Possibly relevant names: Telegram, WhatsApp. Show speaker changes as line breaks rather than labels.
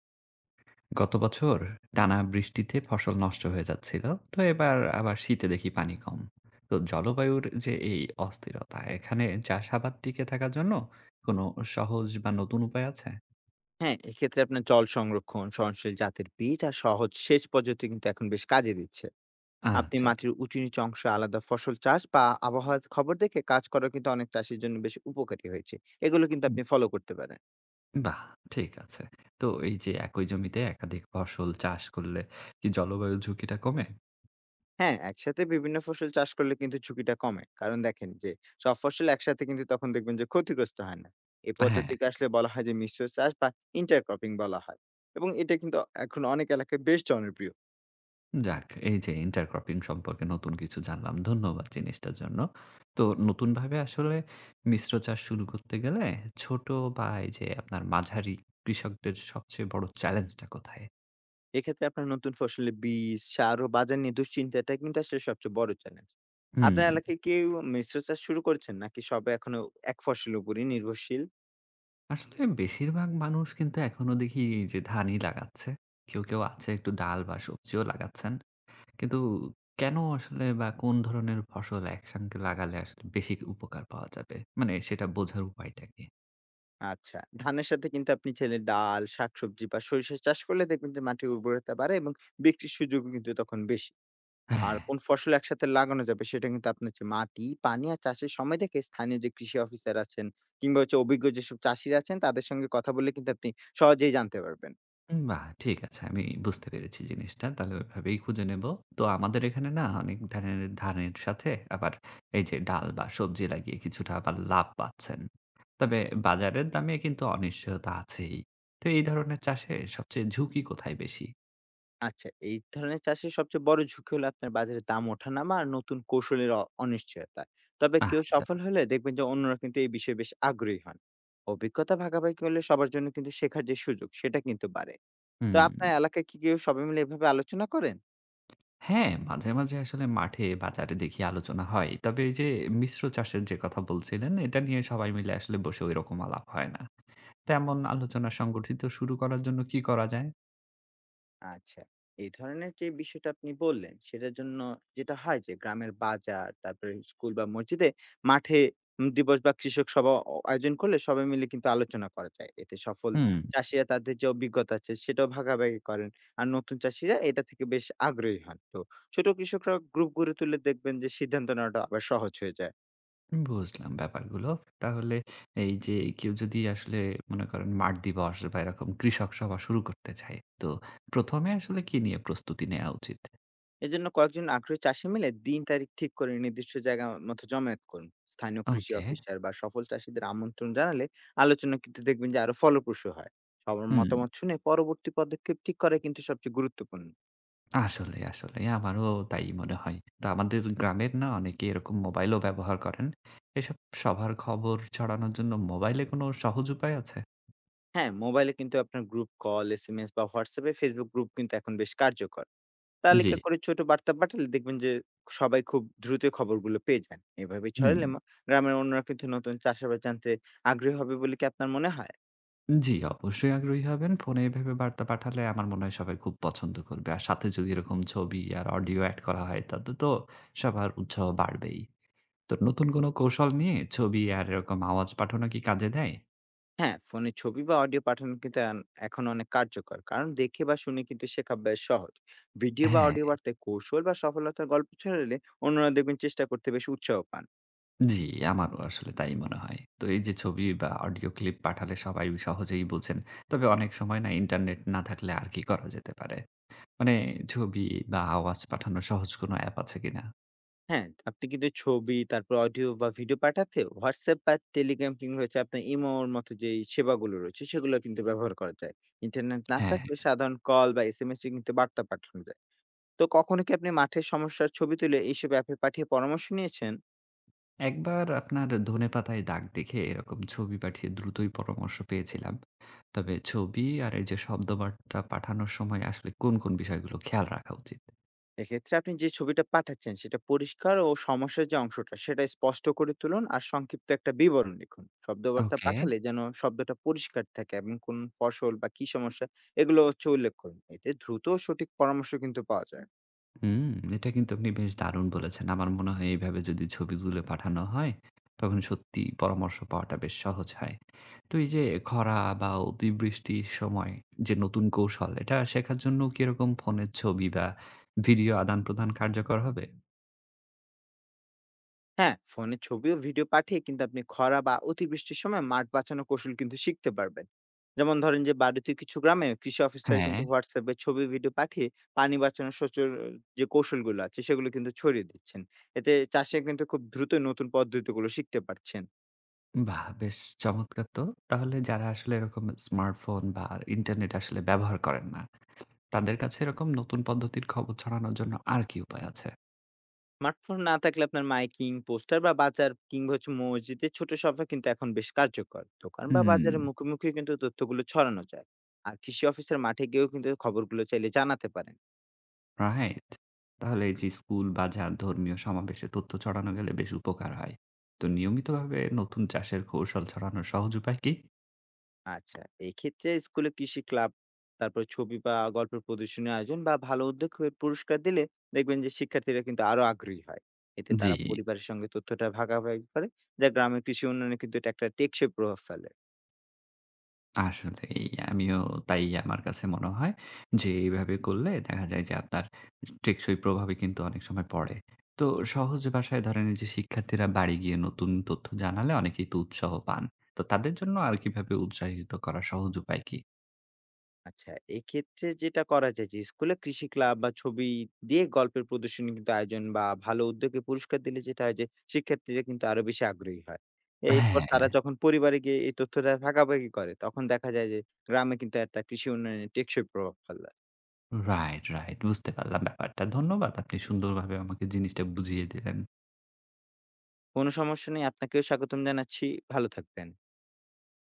গত বছর টানা বৃষ্টিতে ফসল নষ্ট হয়ে যাচ্ছিল। তো এবার আবার শীতে দেখি পানি কম। তো জলবায়ুর যে এই অস্থিরতা, এখানে চাষাবাদ টিকে থাকার জন্য কোনো সহজ বা নতুন উপায় আছে?
হ্যাঁ, এক্ষেত্রে আপনার জল সংরক্ষণ, সহনশীল জাতের বীজ আর সহজ সেচ পদ্ধতি কিন্তু এখন বেশ কাজে দিচ্ছে। আপনি
আচ্ছা।
মাটির উঁচু-নিচু অংশে আলাদা ফসল চাষ বা আবহাওয়ার খবর দেখে কাজ করা কিন্তু অনেক চাষীর জন্য বেশ উপকারী হয়েছে। এগুলো কিন্তু
উম,
আপনি ফলো করতে পারেন।
বাহ, ঠিক আছে। তো এই যে একই জমিতে একাধিক ফসল চাষ করলে কি জলবায়ু ঝুঁকিটা কমে?
হ্যাঁ, একসাথে বিভিন্ন ফসল চাষ করলে কিন্তু ঝুঁকিটা কমে। কারণ দেখেন যে সব ফসল একসাথে কিন্তু তখন দেখবেন যে ক্ষতিগ্রস্ত হয় না। এই
হ্যাঁ।
পদ্ধতিকে আসলে বলা হয় যে মিশ্র চাষ বা ইন্টারক্রপিং বলা হয় এবং এটা কিন্তু এখন অনেক এলাকায় বেশ জনপ্রিয়।
যাক, এই যে ইন্টারক্রপিং সম্পর্কে নতুন কিছু জানলাম। ধন্যবাদ জিনিসটার জন্য। তো নতুনভাবে আসলে মিশ্র চাষ শুরু করতে গেলে ছোট বা এই যে আপনার মাঝারি কৃষকদের সবচেয়ে বড় চ্যালেঞ্জটা কোথায়?
এক্ষেত্রে আপনার নতুন ফসলের বীজ, সার ও বাজার নিয়ে দুশ্চিন্তাটা কিন্তু আসলে সবচেয়ে বড় চ্যালেঞ্জ।
হুম।
আপনার এলাকায় কেউ মিশ্র চাষ শুরু করেছেন নাকি সবাই এখনো এক ফসলের উপরই নির্ভরশীল?
আসলে বেশিরভাগ মানুষ কিন্তু এখনো দেখি এই যে ধানই লাগাচ্ছে। কেউ, কেউ আছে একটু ডাল বা সবজিও লাগাচ্ছেন। কিন্তু কেন আসলে, বা কোন ধরনের ফসল একসঙ্গে লাগালে আসলে বেশি উপকার পাওয়া যাবে? মানে সেটা বোঝার উপায়টা কি?
আচ্ছা, ধানের সাথে কিন্তু আপনি চাইলে ডাল, শাকসবজি বা সরিষা চাষ করলে দেখবেন যে মাটির উর্বরতা বাড়ে এবং বিক্রির সুযোগও কিন্তু তখন বেশি।
হ্যাঁ।
আর কোন ফসল একসাথে লাগানো যাবে সেটা কিন্তু আপনার যে মাটি, পানি আর চাষের সময় দেখে স্থানীয় যে কৃষি অফিসার আছেন কিংবা হচ্ছে অভিজ্ঞ যেসব চাষীরা আছেন তাদের সঙ্গে কথা বললে কিন্তু আপনি সহজেই জানতে পারবেন।
উম, বাহ! ঠিক আছে। আমি বুঝতে পেরেছি জিনিসটা। তাহলে ওইভাবেই খুঁজে নেব। তো আমাদের এখানে না অনেক ধানের, সাথে আবার এই যে ডাল বা সবজি লাগিয়ে কিছুটা আবার লাভ পাচ্ছেন। তবে বাজারের দামে কিন্তু অনিশ্চয়তা আছেই। তো এই ধরনের চাষে সবচেয়ে ঝুঁকি কোথায় বেশি?
আচ্ছা, এই ধরনের চাষের সবচেয়ে বড় ঝুঁকি হলো আপনার বাজারে দাম ওঠানামা আর নতুন কৌশলের অনিশ্চয়তা। তবে কেউ
আচ্ছা।
সফল হলে দেখবেন যে অন্যরা কিন্তু এই বিষয়ে বেশ আগ্রহী হন। অভিজ্ঞতা ভাগাভাগি হলে সবার জন্য কিন্তু শেখার যে সুযোগ সেটা কিন্তু বাড়ে। তো
হুম।
আপনার এলাকায় কি কেউ সবাই মিলে এভাবে আলোচনা করেন?
হ্যাঁ, মাঝে, মাঝে আসলে মাঠে বাজারে দেখি আলোচনা হয়। তবে এই যে মিশ্র চাষের যে কথা বলছিলেন, এটা নিয়ে সবাই মিলে আসলে বসে ওইরকম আলাপ হয় না। তেমন আলোচনা সংগঠিত শুরু করার জন্য কি করা যায়?
আচ্ছা। এই ধরনের যে বিষয়টা আপনি বললেন, সেটার জন্য যেটা হয় যে গ্রামের বাজার, তারপরে স্কুল বা মসজিদে মাঠে দিবস বা কৃষক সভা আয়োজন করলে সবাই মিলে কিন্তু আলোচনা করা যায়। এতে সফল
হুম।
চাষীরা তাদের যে অভিজ্ঞতা আছে সেটাও ভাগাভাগি করেন। আর নতুন চাষীরা এটা থেকে বেশ আগ্রহী হন। তো ছোট কৃষকরা গ্রুপ গড়ে তুললে দেখবেন যে সিদ্ধান্ত নেওয়াটা আবার সহজ হয়ে যায়।
বুঝলাম ব্যাপারগুলো। তাহলে এই যে কেউ যদি আসলে মনে করেন মাঠ দিবস বা এরকম কৃষক সভা শুরু করতে চায়, তো প্রথম এ আসলে কি নিয়ে প্রস্তুতি নেয়া উচিত?
এজন্য কয়েকজন আগ্রহী চাষি মিলে দিন তারিখ ঠিক করে নির্দিষ্ট জায়গা মতো জমায়েত করুন, স্থানীয় কৃষি
ওকে।
অফিসার বা সফল চাষীদের আমন্ত্রণ জানালে আলোচনা কিন্তু দেখবেন যে আরো ফলপ্রসূ হয়। সবার
হুম।
মতামত শুনে পরবর্তী পদক্ষেপ ঠিক করা কিন্তু সবচেয়ে গুরুত্বপূর্ণ।
আসলে আমারও তাই মনে হয়। তো আমাদের গ্রামের না অনেকে এরকম মোবাইলও ব্যবহার করেন। এসব সভার খবর ছড়ানোর জন্য মোবাইলে কোনো সহজ উপায় আছে?
হ্যাঁ, মোবাইলে কিন্তু আপনার group call, S M S বা হোয়াটসঅ্যাপে ফেসবুক গ্রুপ কিন্তু এখন বেশ কার্যকর।
জি।
তালিকা করে ছোট বার্তা পাঠালে দেখবেন যে সবাই খুব দ্রুত খবরগুলো পেয়ে যান। এভাবে
হুম।
ছড়ালে গ্রামের অন্যরা কিন্তু নতুন চাষাবাদ জানতে আগ্রহী হবে বলে কি আপনার মনে হয়?
জি, অবশ্যই আগ্রহী হবেন। ফোনে এভাবে বার্তা পাঠালে আমার মনে হয় সবাই খুব পছন্দ করবে। আর সাথে যদি এরকম ছবি আর অডিও এড করা হয় তাতে তো সবার উৎসাহ বাড়বেই। তো নতুন কোনো কৌশল নিয়ে ছবি আর এরকম আওয়াজ পাঠানো কি কাজে দেয়?
হ্যাঁ, ফোনে ছবি বা অডিও পাঠানো কিন্তু এখন অনেক কার্যকর। কারণ দেখে বা শুনে কিন্তু শেখা বেশ সহজ। ভিডিও বা
হ্যাঁ,
অডিও বার্তায় কৌশল বা সফলতার গল্প ছড়ালে অন্যরা দেখবেন চেষ্টা করতে বেশ উৎসাহ পান।
জি, আমারও আসলে তাই মনে হয়। তো এই যে ছবি বা অডিও ক্লিপ পাঠালে সবাই সহজেই বোঝেন। তবে অনেক সময় না ইন্টারনেট না থাকলে আর কি করা যেতে পারে? মানে ছবি বা আওয়াজ পাঠানোর সহজ কোনো অ্যাপ আছে কিনা?
হ্যাঁ, আপনি কিন্তু ছবি, তারপর অডিও বা ভিডিও পাঠাতে WhatsApp বা Telegram কিংবা হচ্ছে আপনার ইমোর মতো যেই সেবাগুলো রয়েছে, সেগুলো কিন্তু ব্যবহার করা যায়। ইন্টারনেট না
হ্যাঁ।
থাকলে সাধারণ কল বা SMS এ কিন্তু বার্তা পাঠানো যায়। তো কখনো কি আপনি মাঠের সমস্যার ছবি তুলে এইসব অ্যাপে পাঠিয়ে পরামর্শ নিয়েছেন?
একবার আপনার ধনেপাতায় দাগ দেখে এরকম ছবি পাঠিয়ে দ্রুতই পরামর্শ পেয়েছিলাম। তবে ছবি আর এই যে শব্দবার্তা পাঠানোর সময় আসলে কোন, কোন বিষয়গুলো খেয়াল রাখা উচিত?
এক্ষেত্রে আপনি যে ছবিটা পাঠাচ্ছেন সেটা পরিষ্কার ও সমস্যার যে অংশটা সেটা স্পষ্ট করে তুলুন, আর সংক্ষিপ্ত একটা বিবরণ লিখুন। শব্দবার্তা
ওকে।
পাঠালে যেন শব্দটা পরিষ্কার থাকে এবং কোন ফসল বা কি সমস্যা এগুলো হচ্ছে উল্লেখ করুন। এতে দ্রুত ও সঠিক পরামর্শ কিন্তু পাওয়া যায়।
হুম, এটা কিন্তু আপনি বেশ দারুণ বলেছেন। আমার মনে হয় এইভাবে যদি ছবি তুলে পাঠানো হয়, তখন সত্যিই পরামর্শ পাওয়াটা বেশ সহজ হয়। তো এই যে খরা বা অতিবৃষ্টির সময় যে নতুন কৌশল, এটা শেখার জন্য কি এরকম ফোনের ছবি বা ভিডিও আদান-প্রদান কার্যকর হবে?
হ্যাঁ, ফোনে ছবি ও ভিডিও পাঠিয়ে কিন্তু আপনি খরা বা অতিবৃষ্টির সময় মাঠ বাঁচানোর কৌশল কিন্তু শিখতে পারবেন। যেমন ধরেন যে ভারতীয় কিছু গ্রামে কৃষি অফিসার
হ্যাঁ।
কিন্তু WhatsApp এ ছবি ভিডিও পাঠিয়ে পানি বাঁচানোর সচল যে কৌশলগুলো আছে সেগুলো কিন্তু ছড়িয়ে দিচ্ছেন। এতে চাষে কিন্তু খুব দ্রুত নতুন পদ্ধতিগুলো শিখতে পারছেন।
বাহ! বেশ চমৎকার তো। তাহলে যারা আসলে এরকম স্মার্টফোন বা ইন্টারনেট আসলে ব্যবহার করেন না, তাদের কাছে এরকম নতুন পদ্ধতির খবর ছড়ানোর জন্য আর কি উপায় আছে?
স্মার্টফোন না থাকলে আপনার মাইকিং, পোস্টার বা বাজার কিংবা হচ্ছে মসজিদে ছোট সভা কিন্তু এখন বেশ কার্যকর। দোকান বা
হুম,
বাজারের মুখোমুখি কিন্তু তথ্যগুলো ছড়ানো যায়। আর কৃষি অফিসের মাঠে গিয়েও কিন্তু খবরগুলো চাইলে জানাতে পারেন।
রাইট। তাহলে এই যে স্কুল, বাজার, ধর্মীয় সমাবেশে তথ্য ছড়ানো গেলে বেশ উপকার হয়। তো নিয়মিতভাবে নতুন চাষের কৌশল ছড়ানোর সহজ উপায় কি?
আচ্ছা, এক্ষেত্রে স্কুলে কৃষি ক্লাব, তারপর ছবি বা গল্পের প্রদর্শনী আয়োজন বা ভালো উদ্যোগ হয়ে পুরস্কার দিলে দেখবেন যে শিক্ষার্থীরা কিন্তু আরো আগ্রহী হয়। এতে
জি।
তারা পরিবারের সঙ্গে তথ্যটা ভাগাভাগি করে, যা গ্রামের কৃষি উন্নয়নে কিন্তু এটা একটা টেকসই প্রভাব ফেলে।
আসলেই আমিও তাই আমার কাছে মনে হয় যে এইভাবে করলে দেখা যায় যে আপনার টেকসই প্রভাবে কিন্তু অনেক সময় পড়ে। তো সহজ ভাষায় ধরেন এই যে শিক্ষার্থীরা বাড়ি গিয়ে নতুন তথ্য জানালে অনেকেই তো উৎসাহ পান। তো তাদের জন্য আর কিভাবে উৎসাহিত করার সহজ উপায় কি?
আচ্ছা, এক্ষেত্রে যেটা করা যায় যে স্কুলে কৃষি ক্লাব বা ছবি দিয়ে গল্পের প্রদর্শনী কিন্তু আয়োজন বা ভালো উদ্যোগে পুরস্কার দিলে যেটা হয় যে শিক্ষার্থীরা কিন্তু আরো বেশি আগ্রহী হয়। এরপর
হ্যাঁ,
তারা যখন পরিবারে গিয়ে এই তথ্যটা ভাগাভাগি করে তখন দেখা যায় যে গ্রামে কিন্তু একটা কৃষি উন্নয়নের টেকসই প্রভাব ফেলে।
রাইট, বুঝতে পারলাম ব্যাপারটা। ধন্যবাদ আপনি সুন্দরভাবে আমাকে জিনিসটা বুঝিয়ে দিলেন।
কোনো সমস্যা নেই। আপনাকেও স্বাগতম জানাচ্ছি। ভালো থাকবেন।